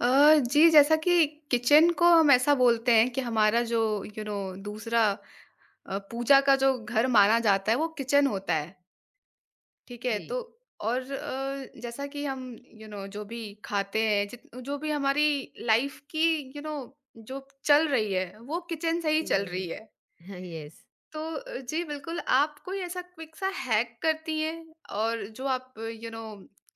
जी, जैसा कि किचन को हम ऐसा बोलते हैं कि हमारा जो यू नो दूसरा पूजा का जो घर माना जाता है वो किचन होता है, ठीक है? जी, तो और जैसा कि हम जो भी खाते हैं जित जो भी हमारी लाइफ़ की यू नो जो चल रही है, वो किचन से ही चल जो रही है। हाँ, येस। तो जी बिल्कुल, आप कोई ऐसा क्विक सा हैक करती हैं और जो आप यू नो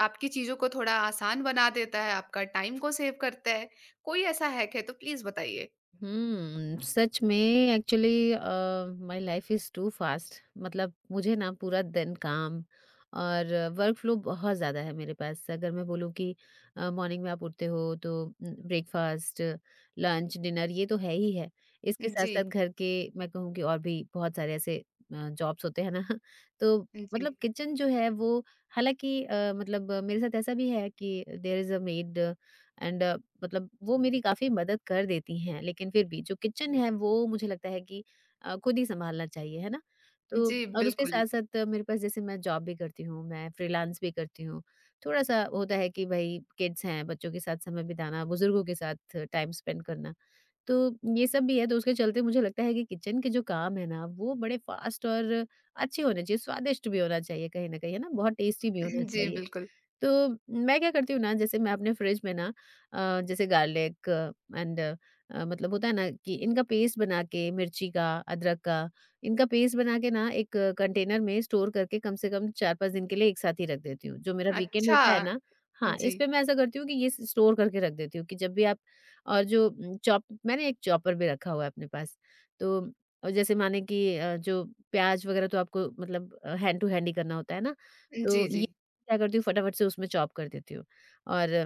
आपकी चीज़ों को थोड़ा आसान बना देता है, आपका टाइम को सेव करता है, कोई ऐसा हैक है तो प्लीज़ बताइए? सच में actually my life is too fast. मतलब मुझे ना पूरा दिन काम और वर्क फ्लो बहुत ज़्यादा है मेरे पास। अगर मैं बोलूँ कि मॉर्निंग में आप उठते हो तो ब्रेकफास्ट, लंच, डिनर ये तो है ही है। इसके साथ-साथ जी, घर के मैं कहूँ कि और भी बहुत सारे ऐसे जॉब्स होते हैं ना, तो जी, मतलब किचन जो है वो हालाँकि मतलब मेरे साथ ऐसा भी है कि there is a maid and मतलब वो मेरी काफ़ी मदद कर देती हैं, लेकिन फिर भी जो किचन है वो मुझे लगता है कि खुद ही सँभालना चाहिए, है ना? तो जी और उसके बिल्कुल। साथ-साथ मेरे पास जैसे मैं जॉब भी करती हूँ, मैं फ्रीलांस भी करती हूँ। थोड़ा-सा होता है कि भई किड्स हैं, बच्चों के साथ समय बिताना, बुज़ुर्गों के साथ टाइम स्पेंड करना, तो ये सब भी है। तो उसके चलते मुझे लगता है कि किचन के जो काम है ना, वो बड़े फ़ास्ट और अच्छे होने चाहिए, स्वादिष्ट भी होना चाहिए कहीं न कहीं, है ना? बहुत टेस्टी भी होना जी चाहिए। बिल्कुल। तो मैं क्या करती हूँ ना जैसे मैं अपने फ्रिज में ना जैसे गार्लिक एंड मतलब होता है ना कि इनका पेस्ट बना के मिर्ची का अदरक का इनका पेस्ट बना के ना एक कंटेनर में स्टोर करके कम से कम चार पांच दिन के लिए एक साथ ही रख देती हूँ जो मेरा वीकेंड अच्छा, होता है ना। हाँ, जी, इस पे मैं ऐसा करती हूँ कि ये स्टोर करके रख देती हूँ कि जब भी आप और जो चॉप, मैंने एक चॉपर भी रखा हुआ है अपने पास। तो और जैसे माने कि जो प्याज वगैरह तो आपको मतलब हैंड टू हैंड ही करना होता है ना, तो जी, ये जी। क्या करती हूँ फटाफट से उसमें चॉप कर देती हूँ और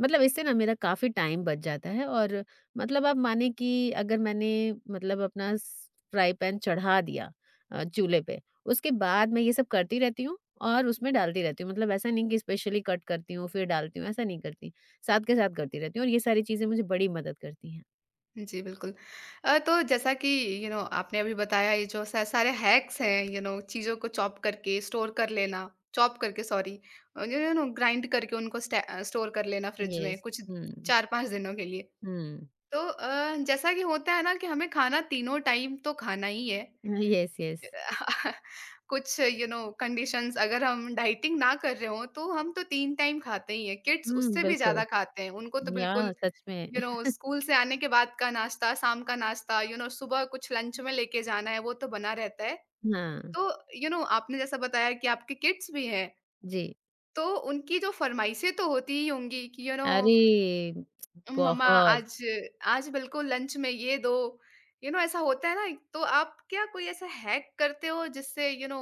मतलब इससे ना मेरा काफ़ी टाइम बच जाता है। और मतलब आप माने कि अगर मैंने मतलब अपना फ्राई पैन चढ़ा दिया चूल्हे पे, उसके बाद मैं ये सब करती रहती हूँ और उसमें डालती रहती हूँ। मतलब ऐसा नहीं कि स्पेशली कट करती हूँ फिर डालती हूँ, ऐसा नहीं करती, साथ के साथ करती रहती हूँ और ये सारी चीज़ें मुझे बड़ी मदद करती हैं। जी, बिल्कुल। तो जैसा कि आपने अभी बताया ये जो स सारे हैक्स हैं, चीज़ों को चॉप करके स्टोर कर लेना, चॉप करके सॉरी ग्राइंड करके उनको स्टोर कर लेना फ्रिज में यस। कुछ हम्म। 4-5 दिनों के लिए। हम्म। तो जैसा कि होता है ना कि हमें खाना तीनों टाइम तो खाना ही है। Yes, yes. कुछ कंडीशंस अगर हम डाइटिंग ना कर रहे हो तो हम तो 3 टाइम खाते ही हैं, किड्स हम्म, उससे भी बिल्कुल। ज़्यादा खाते हैं। उनको तो या बिल्कुल सच में। स्कूल से आने के बाद का नाश्ता, शाम का नाश्ता, सुबह कुछ लंच में लेके जाना है वो तो बना रहता है। हाँ। तो आपने जैसा बताया कि आपके किड्स भी हैं, जी। तो उनकी जो फरमाइशें तो होती ही होंगी कि अरे! मम्मा बहुत। आज, आज बिल्कुल लंच में ये दो, ऐसा होता है ना, एक तो आप क्या कोई ऐसा हैक करते हो जिससे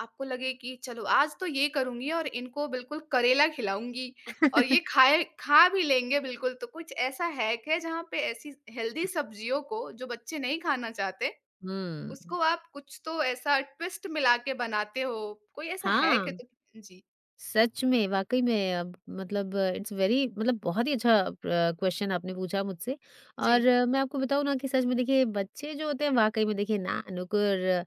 आपको लगे कि चलो आज तो ये करूँगी और इनको बिल्कुल करेला खिलाऊँगी और ये खाए खा भी लेंगे बिल्कुल। तो कुछ ऐसा हैक है जहाँ पे ऐसी हेल्दी सब्जियों को जो बच्चे नहीं खाना चाहते, हुँ। उसको आप कुछ तो ऐसा ट्विस्ट मिला के बनाते हो? कोई ऐसा हैक है हाँ। तो जी, सच में, वाक़ई में अब मतलब इट्स वेरी मतलब बहुत ही अच्छा क्वेश्चन आपने पूछा मुझसे। जी। और मैं आपको बताऊँ ना कि सच में देखिए बच्चे जो होते हैं वाक़ई में देखिए ना नुकुर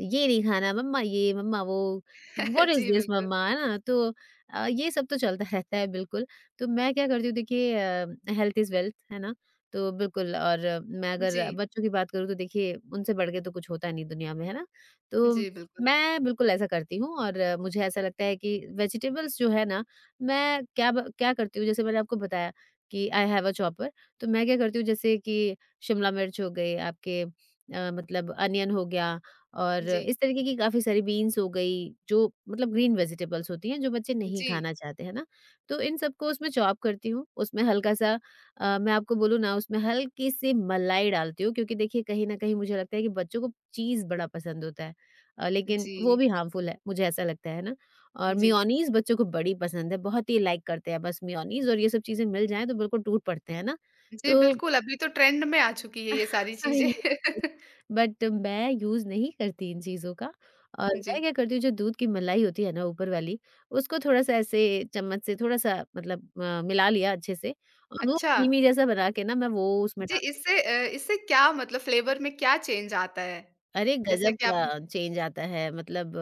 ये नहीं खाना मम्मा ये, मम्मा वो, व्हाट इज़ जी, दिस बिल्कुल। मम्मा, है ना? तो ये सब तो चलता रहता है बिल्कुल। तो मैं क्या करती हूँ देखिए हेल्थ इज़ वेल्थ, है ना? तो बिल्कुल। और मैं जी, अगर बच्चों की बात करूँ तो देखिए उनसे बढ़ के तो कुछ होता नहीं दुनिया में, है ना? तो जी बिल्कुल। मैं बिल्कुल ऐसा करती हूँ और मुझे ऐसा लगता है कि वेजिटेबल्स जो है ना, मैं क्या करती हूँ जैसे मैंने आपको बताया कि आई हैव अ चॉपर। तो मैं क्या करती हूँ जैसे कि शिमला मिर्च हो गई, आपके मतलब अनियन हो गया और जी, इस तरीके की काफ़ी सारी बीन्स हो गई, जो मतलब ग्रीन वेजिटेबल्स होती हैं जो बच्चे नहीं जी, खाना चाहते, है ना? तो इन सबको उसमें चॉप करती हूँ, उसमें हल्का-सा मैं आपको बोलूँ ना उसमें हल्की-सी मलाई डालती हूँ, क्योंकि देखिए कहीं न कहीं मुझे लगता है कि बच्चों को चीज़ बड़ा पसंद होता है। लेकिन वो जी। भी हार्मफुल है, मुझे ऐसा लगता है ना? और जी। मेयोनीज़ बच्चों को बड़ी पसंद है, बहुत ही लाइक करते हैं, बस मेयोनीज़ और ये सब चीज़ें मिल जाएँ तो बिल्कुल टूट पड़ते हैं ना? जी, तो बिल्कुल, अभी तो ट्रेंड में आ चुकी है ये सारी चीज़ें। ये बट मैं यूज़ नहीं करती इन चीज़ों का। और मैं जी, क्या करती हूँ जो दूध की मलाई होती है ना ऊपर वाली, उसको थोड़ा-सा ऐसे चम्मच से थोड़ा-सा मतलब मिला लिया अच्छे से और वो अच्छा, धीमी जैसा बना के ना मैं वो उसमें जी, डाल, इससे इससे क्या मतलब फ्लेवर में क्या चेंज आता है? अरे जैसा गजब कि आप का चेंज आता है, मतलब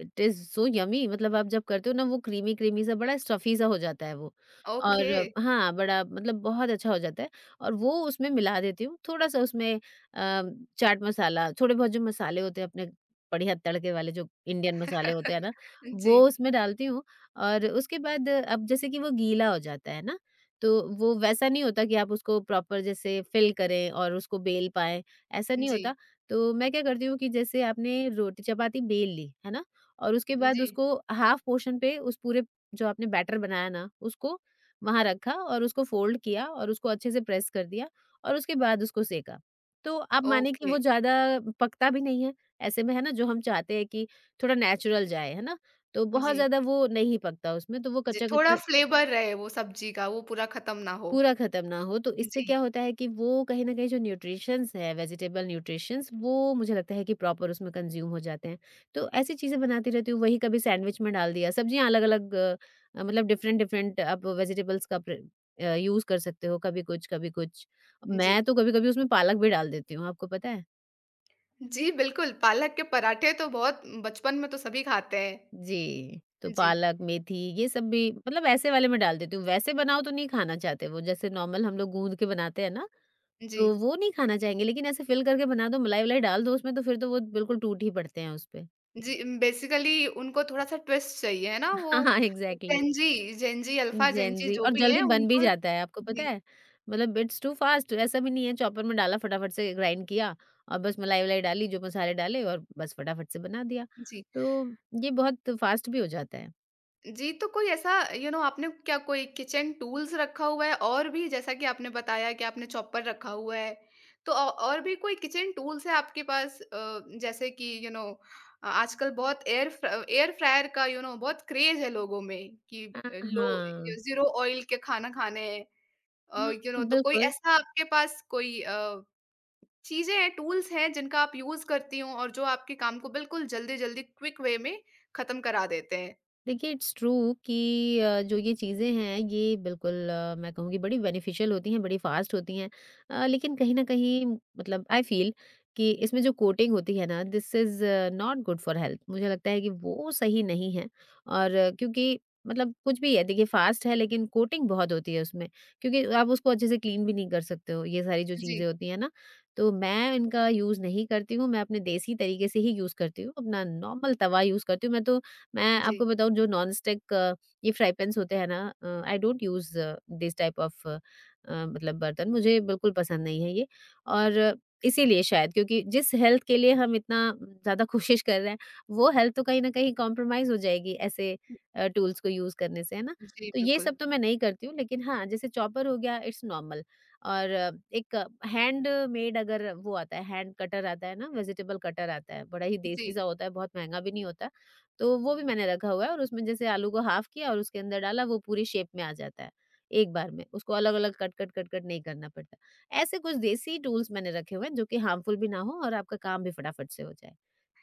इट इज़ सो यम्मी। मतलब आप जब करते हो ना वो क्रीमी-क्रीमी सा बड़ा स्टफ़ी सा हो जाता है वो। ओके, और हाँ, बड़ा मतलब बहुत अच्छा हो जाता है और वो उसमें मिला देती हूँ। थोड़ा-सा उसमें चाट मसाला, थोड़े बहुत जो मसाले होते हैं अपने बढ़िया तड़के वाले, जो इंडियन मसाले होते हैं ना, वो जी, उसमें डालती हूँ। और उसके बाद अब जैसे कि वो गीला हो जाता है ना, तो वो वैसा नहीं होता कि आप उसको प्रॉपर जैसे फ़िल करें और उसको बेल पाएँ, ऐसा नहीं होता। जी, तो मैं क्या करती हूँ कि जैसे आपने रोटी चपाती बेल ली, है ना? और उसके बाद जी, उसको हाफ़ पोर्शन पे उस पूरे जो आपने बैटर बनाया ना, उसको वहाँ रखा और उसको फ़ोल्ड किया और उसको अच्छे से प्रेस कर दिया और उसके बाद उसको सेंका। तो आप माने कि ओके, वो ज़्यादा पकता भी नहीं है, ऐसे में है ना जो हम चाहते हैं कि थोड़ा नेचुरल जाए, है ना? तो बहुत जी, ज़्यादा वो नहीं पकता उसमें, तो वो जी, थोड़ा कच्चा-कच्चा फ्लेवर रहे वो सब्ज़ी का, वो पूरा ख़त्म ना हो। पूरा खत्म ना हो, तो इससे जी, क्या होता है कि वो कहीं न कहीं जो न्यूट्रिशंस है, वेजिटेबल न्यूट्रिशंस वो मुझे लगता है कि प्रॉपर उसमें कंज़्यूम हो जाते हैं। तो ऐसी चीज़ें बनाती रहती हूँ, वही कभी सैंडविच में डाल दिया, सब्जियाँ अलग-अलग मतलब डिफरेंट-डिफरेंट आप वेजिटेबल्स का प्र यूज़ कर सकते हो, कभी कुछ, कभी कुछ। जी। मैं तो कभी-कभी उसमें पालक भी डाल देती हूँ, आपको पता है? जी, बिल्कुल, पालक के पराठे तो बहुत बचपन में तो सभी खाते हैं। जी, तो जी, पालक, मेथी ये सब भी मतलब ऐसे वाले में डाल देती हूँ, वैसे बनाओ तो नहीं खाना चाहते वो, जैसे नॉर्मल हम लोग गूँध के बनाते हैं ना, जी। तो वो नहीं खाना चाहेंगे, लेकिन ऐसे फ़िल करके बना दो, मलाई-वलाई डाल दो उसमें तो फिर तो वो बिल्कुल टूट ही पड़ते हैं उस पे। जी, बेसिकली उनको थोड़ा-सा ट्विस्ट चाहिए, है ना? हाँ, वो हाँ, एग्ज़ैक्टली। जेन जी, जेन जी, अल्फा जेन जेन जी ज़ी जो और भी जल्दी है बन भी उनको जाता है, आपको पता जी, है? मतलब इट्स टू फास्ट, ऐसा भी नहीं है, चॉपर में डाला फटाफट से ग्राइंड किया और बस मलाई-वलाई डाली, जो मसाले डाले और बस फटाफट से बना दिया। जी। तो ये बहुत फास्ट भी हो जाता है। जी, तो कोई ऐसा आपने क्या कोई किचन टूल्स रखा हुआ है? और भी, जैसा कि आपने बताया कि आपने चॉपर रखा हुआ है, तो औ और भी कोई किचन टूल्स है आपके पास? जैसे कि आजकल बहुत एयर फ्रायर का बहुत क्रेज़ है लोगों में कि अ, लो हाँ। ज़ीरो ऑयल के खाना खाने हैं। हुँ, तो कोई बिल्कुल। ऐसा आपके पास कोई चीज़ें हैं, टूल्स हैं जिनका आप यूज़ करती हूँ और जो आपके काम को बिल्कुल जल्दी-जल्दी क्विक वे में ख़त्म करा देते हैं। देखिए इट्स ट्रू कि जो ये चीज़ें हैं ये बिल्कुल मैं कहूँगी बड़ी बेनिफिशियल होती हैं, बड़ी फास्ट होती हैं। लेकिन कहीं न कहीं मतलब आई फ़ील कि इसमें जो कोटिंग होती है ना this is not good for health. मुझे लगता है कि वो सही नहीं है। और क्योंकि मतलब कुछ भी है देखिए, फास्ट है लेकिन कोटिंग बहुत होती है उसमें, क्योंकि आप उसको अच्छे से क्लीन भी नहीं कर सकते हो, ये सारी जो जी, चीज़ें होती हैं ना। तो मैं इनका यूज़ नहीं करती हूँ, मैं अपने देसी तरीके से ही यूज़ करती हूँ, अपना नॉर्मल तवा यूज़ करती हूँ। मैं तो मैं आपको जी, बताऊँ जो नॉन स्टिक ये फ्राई पैन्स होते हैं ना I don't use this type of मतलब बर्तन, मुझे बिल्कुल पसंद नहीं है ये। और इसीलिए शायद, क्योंकि जिस हेल्थ के लिए हम इतना ज़्यादा कोशिश कर रहे हैं, वो हेल्थ तो कहीं न कहीं कॉम्प्रोमाइज़ हो जाएगी ऐसे टूल्स को यूज़ करने से, है ना? जी, तो ये बिल्कुल। सब तो मैं नहीं करती हूँ, लेकिन हाँ, जैसे चॉपर हो गया, इट्स नॉर्मल। और एक हैंडमेड अगर वो आता है, हैंड कटर आता है ना, वेजिटेबल कटर आता है, बड़ा ही देसी जी, सा होता है, बहुत महँगा भी नहीं होता। तो वो भी मैंने रखा हुआ है और उसमें जैसे आलू को हाफ किया और उसके अंदर डाला वो पूरी शेप में आ जाता है, एक बार में उसको अलग-अलग कट-कट कट-कट नहीं करना पड़ता। ऐसे कुछ देसी टूल्स मैंने रखे हुए हैं जो कि हार्मफुल भी ना हो और आपका काम भी फटाफट से हो जाए।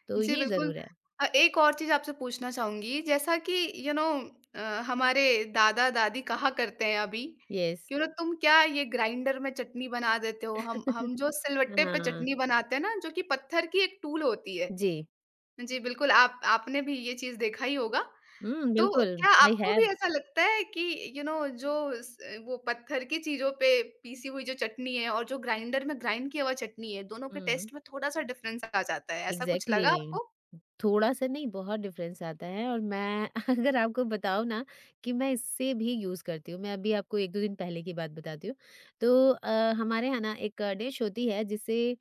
तो जी, ये बिल्कुल। ज़रूर है। एक और चीज़ आपसे पूछना चाहूँगी, जैसा कि यू नो अ, हमारे दादा-दादी कहा करते हैं अभी येस। कि बोले तुम क्या ये ग्राइंडर में चटनी बना देते हो? हम जो सिलवट्टे पे हाँ, चटनी बनाते हैं ना, जो कि पत्थर की एक टूल होती है। जी। जी, बिल्कुल, आप आपने भी ये चीज़ देखा ही होगा। हुँ, तो बिल्कुल। क्या आई आपको भी हैव, ऐसा लगता है कि जो स वो पत्थर की चीज़ों पे पीसी हुई जो चटनी है और जो ग्राइंडर में ग्राइंड किया हुआ चटनी है, दोनों के हुँ, टेस्ट में थोड़ा-सा डिफ़रेंस आ जाता है, ऐसा कुछ लगा एग्ज़ैक्टली। आपको? थोड़ा-सा नहीं बहुत डिफ़रेंस आता है और मैं अगर आपको बताऊँ ना कि मैं इससे भी यूज़ करती हूँ। मैं अभी आपको 1-2 दिन पहले की बात बताती हूँ। तो हमारे यहाँ ना एक डिश होती है जिसे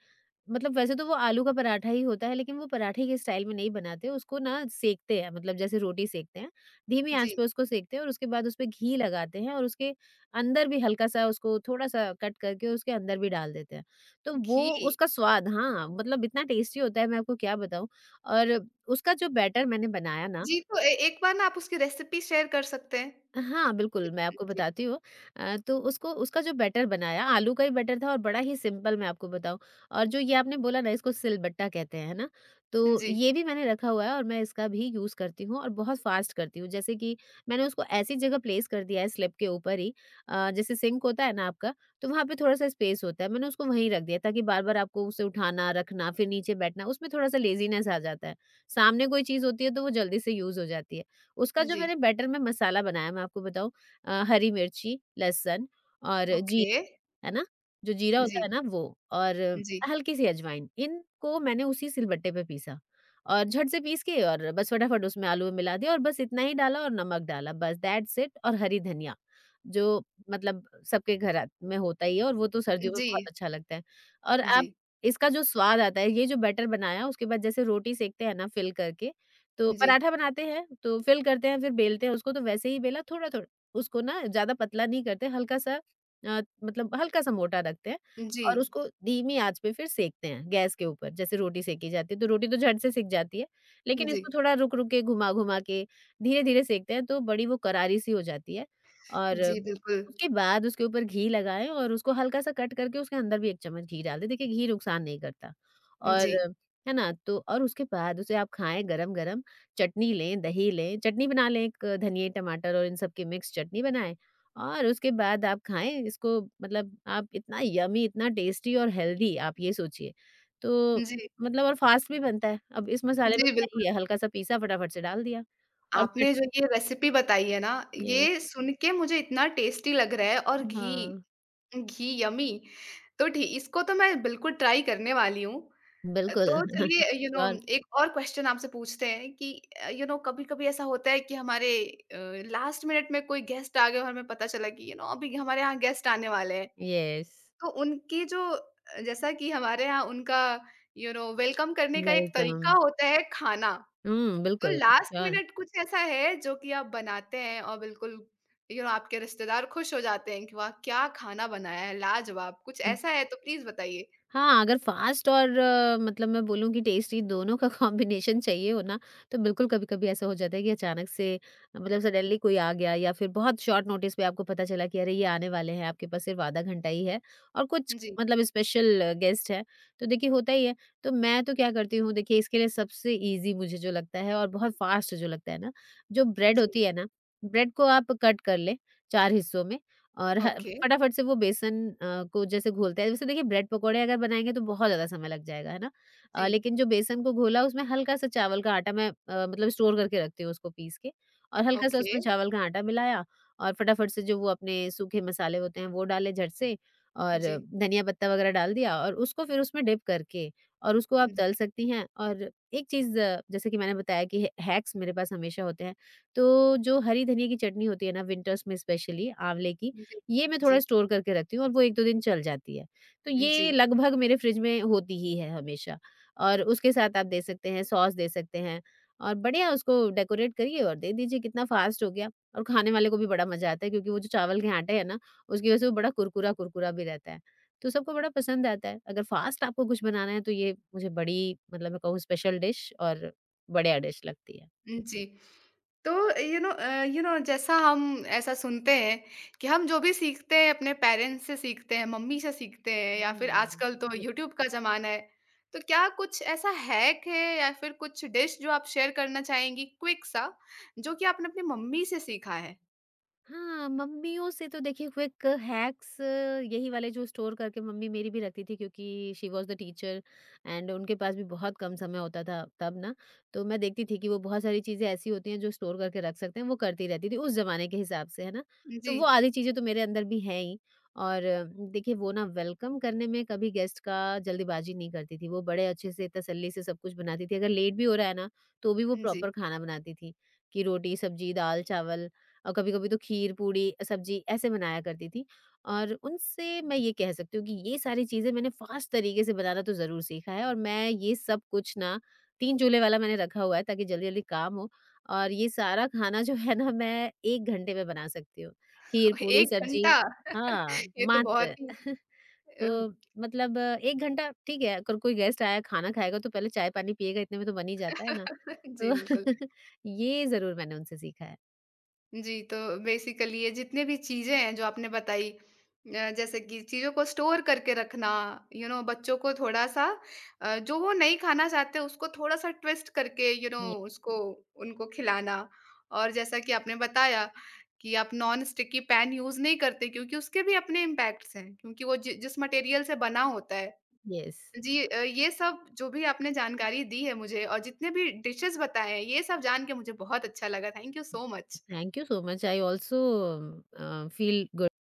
मतलब वैसे तो वो आलू का पराठा ही होता है, लेकिन वो पराठे के स्टाइल में नहीं बनाते, उसको ना सेंकते हैं मतलब जैसे रोटी सेंकते हैं, धीमी आँच जी, पे उसको सेंकते हैं और उसके बाद उसपे घी लगाते हैं और उसके अंदर भी हल्का-सा उसको थोड़ा-सा कट करके उसके अंदर भी डाल देते हैं। तो वो घी। उसका स्वाद, हाँ, मतलब इतना टेस्टी होता है मैं आपको क्या बताऊँ। और उसका जो बैटर मैंने बनाया ना, जी, तो ए एक बार ना आप उसकी रेसिपी शेयर कर सकते हैं? हाँ, बिल्कुल, मैं आपको जी, बताती हूँ। तो उसको उसका जो बैटर बनाया, आलू का ही बैटर था और बड़ा ही सिंपल, मैं आपको बताऊँ। और जो ये आपने बोला ना इसको सिलबट्टा कहते हैं, है ना? तो जी, ये भी मैंने रखा हुआ है और मैं इसका भी यूज़ करती हूँ और बहुत फ़ास्ट करती हूँ। जैसे कि मैंने उसको ऐसी जगह प्लेस कर दिया है स्लैब के ऊपर ही जैसे सिंक होता है ना आपका, तो वहाँ पे थोड़ा-सा स्पेस होता है, मैंने उसको वहीं रख दिया ताकि बार-बार आपको उसे उठाना, रखना, फिर नीचे बैठना, उसमें थोड़ा-सा लेज़ीनेस आ जाता है। सामने कोई चीज़ होती है तो वो जल्दी से यूज़ हो जाती है। उसका जो जी, मैंने बैटर में मसाला बनाया मैं आपको बताऊँ, हरी मिर्ची, लहसुन और जी, ओके। है ना? जो जीरा होता जी, है ना, वो और जी, हल्की-सी अजवाइन, इनको मैंने उसी सिलबट्टे पे पीसा और झट से पीस के और बस फटाफट उसमें आलू में मिला दिया और बस इतना ही डाला और नमक डाला बस दैट्स इट और हरी धनिया, जो मतलब सबके घर में होता ही है और वो तो जी, सर्दियों में जी, बहुत अच्छा लगता है। और आप जी, इसका जो स्वाद आता है, ये जो बैटर बनाया उसके बाद जैसे रोटी सेकते हैं ना फ़िल करके, तो जी, पराठा बनाते हैं, तो फ़िल करते हैं फिर बेलते हैं उसको, तो वैसे ही बेला थोड़ा-थोड़ा, उसको ना ज़्यादा पतला नहीं करते, हल्का-सा, मतलब हल्का-सा मोटा रखते हैं और उसको धीमी आँच पे फिर सेंकते हैं गैस के ऊपर, जैसे रोटी सेंकी जाती है, तो रोटी तो झट से सिक जाती है, लेकिन इसको जी, थोड़ा रुक-रुक के, घुमा-घुमा के, धीरे-धीरे सेंकते हैं, तो बड़ी वो करारी-सी हो जाती है और जी, बिल्कुल। उसके बाद उसके ऊपर घी लगाएँ और उसको हल्का-सा कट करके उसके अंदर भी 1 चम्मच घी डाल दें, देखिए घी नुकसान नहीं करता, और जी, है ना? तो और उसके बाद उसे आप खाएँ गरम-गरम, चटनी लें, दही लें, चटनी बना लें एक धनिये, टमाटर और इन सब की मिक्स चटनी बनाएँ और उसके बाद आप खाएँ इसको, मतलब आप इतना यम्मी, इतना टेस्टी और हेल्दी आप ये सोचिए। तो जी। मतलब और फास्ट भी बनता है। अब इस मसाले में जी, क्या ही बिल्कुल। है, हल्का-सा पीसा फटाफट से डाल दिया और चटनी। आपने जो ये तो रेसिपी बताई है ना, यस, ये सुन के मुझे इतना टेस्टी लग रहा है, और घी, हाँ, घी यम्मी! तो ठी इसको तो मैं बिल्कुल ट्राई करने वाली हूँ। बिल्कुल तो चलिए श्योर, एक और क्वेश्चन आपसे पूछते हैं कि कभी-कभी ऐसा होता है कि हमारे अ, लास्ट मिनट में कोई गेस्ट आ गए और हमें पता चला कि अभी हमारे यहाँ गेस्ट आने वाले हैं। यस, तो उनकी जो जैसा कि हमारे यहाँ उनका वेलकम करने का एक वेलकम। तरीका होता है, खाना। हुँ, तो बिल्कुल, लास्ट श्योर। मिनट कुछ ऐसा है जो कि आप बनाते हैं और बिल्कुल आपके रिश्तेदार खुश हो जाते हैं कि वाह क्या खाना बनाया है, लाजवाब, कुछ ऐसा है तो प्लीज बताइए। हाँ, अगर फ़ास्ट और मतलब मैं बोलूँ कि टेस्टी दोनों का कॉम्बिनेशन चाहिए हो ना, तो बिल्कुल कभी-कभी ऐसा हो जाता है कि अचानक से मतलब सडनली कोई आ गया या फिर बहुत शॉर्ट नोटिस पे आपको पता चला कि अरे! ये आने वाले हैं, आपके पास सिर्फ़ ½ घंटा ही है और कुछ जी, मतलब स्पेशल गेस्ट है, तो देखिए होता ही है। तो मैं तो क्या करती हूँ, देखिए इसके लिए सबसे ईज़ी मुझे जो लगता है और बहुत फ़ास्ट जो लगता है ना, जो ब्रेड जी, होती है ना, ब्रेड को आप कट कर लें 4 हिस्सों में और ह ओके, फटाफट से वो बेसन को जैसे घोलते हैं वैसे, देखिए ब्रेड पकौड़े अगर बनाएँगे तो बहुत ज़्यादा समय लग जाएगा, है ना? जी, लेकिन जो बेसन को घोला उसमें हल्का-सा चावल का आटा मैं मतलब स्टोर करके रखती हूँ उसको पीस के, और हल्का-सा ओके, उसमें चावल का आटा मिलाया और फटाफट से जो वो अपने सूखे मसाले होते हैं वो डाले झट से और जी, धनिया पत्ता वगैरह डाल दिया और उसको फिर उसमें डिप करके और उसको आप जी, तल सकती हैं। और एक चीज़, जैसे कि मैंने बताया कि है, हैक्स मेरे पास हमेशा होते हैं। तो जो हरी धनिया की चटनी होती है ना विंटर्स में, स्पेशली आँवले की, जी, ये मैं थोड़ा जी, स्टोर करके रखती हूँ और वो 1-2 दिन चल जाती है। तो ये जी, लगभग मेरे फ्रिज में होती ही है हमेशा और उसके साथ आप दे सकते हैं, सॉस दे सकते हैं और बढ़िया उसको डेकोरेट करिए और दे दीजिए, कितना फास्ट हो गया। और खाने वाले को भी बड़ा मज़ा आता है क्योंकि वो जो चावल के आटे हैं ना, उसकी वज़ह से वो बड़ा कुरकुरा-कुरकुरा भी रहता है। तो सबको बड़ा पसंद आता है। अगर फास्ट आपको कुछ बनाना है तो ये मुझे बड़ी, मतलब मैं कहूँ, स्पेशल डिश और बढ़िया डिश लगती है। जी, जी। तो जैसा हम ऐसा सुनते हैं कि हम जो भी सीखते हैं अपने पेरेंट्स से सीखते हैं, मम्मी से सीखते हैं, या फिर हुँ। आजकल तो यूट्यूब का ज़माना है। तो क्या कुछ ऐसा हैक है या फिर कुछ डिश जो आप शेयर करना चाहेंगी क्विक सा, जो कि आपने अपनी मम्मी से सीखा है? हाँ, मम्मियों से तो देखिए क्विक हैक्स यही वाले जो स्टोर करके मम्मी मेरी भी रखती थी, क्योंकि she was the teacher and उनके पास भी बहुत कम समय होता था तब ना, तो मैं देखती थी कि वो बहुत सारी चीज़ें ऐसी होती हैं जो स्टोर करके रख सकते हैं, वो करती रहती थी उस ज़माने के हिसाब से, है ना? तो जी, वो आधी चीज़ें तो मेरे अंदर भी हैं ही और देखिए वो ना वेलकम करने में कभी गेस्ट का जल्दबाजी नहीं करती थी, वो बड़े अच्छे से तसल्ली से सब कुछ बनाती थी, अगर लेट भी हो रहा है ना, तो भी वो जी। प्रॉपर खाना बनाती थी, कि रोटी, सब्जी, दाल, चावल और कभी-कभी तो खीर, पूड़ी, सब्जी ऐसे बनाया करती थी। और उनसे मैं ये कह सकती हूँ कि ये सारी चीज़ें मैंने फ़ास्ट तरीके से बनाना तो ज़रूर सीखा है और मैं ये सब कुछ ना 3 चूल्हे वाला मैंने रखा हुआ है ताकि जल्दी-जल्दी काम हो और ये सारा खाना जो है ना मैं 1 घंटे में बना सकती हूँ। खीर, पूड़ी, 1 सब्जी। घंटा! हाँ, ये तो मात्र। बहुत ही अ, तो मतलब 1 घंटा ठीक है, अगर कोई गेस्ट आया, खाना खाएगा तो पहले चाय-पानी पिएगा, इतने में तो बन ही जाता है ना। जी बिल्कुल। तो ये ज़रूर मैंने उनसे सीखा है। जी, तो बेसिकली ये जितने भी चीज़ें हैं जो आपने बताई, जैसे कि चीज़ों को स्टोर करके रखना, बच्चों को थोड़ा-सा जो वो नहीं खाना चाहते उसको थोड़ा-सा ट्विस्ट करके ये उसको उनको खिलाना, और जैसा कि आपने बताया कि आप नॉन स्टिकी पैन यूज़ नहीं करते क्योंकि उसके भी अपने इम्पैक्ट्स हैं, क्योंकि वो जि जिस मटेरियल से बना होता है। येस। जी, ये सब जो भी आपने जानकारी दी है मुझे और जितने भी डिशेज़ बताए हैं, ये सब जान के मुझे बहुत अच्छा लगा। Thank you so much. Thank you so much. I also feel good.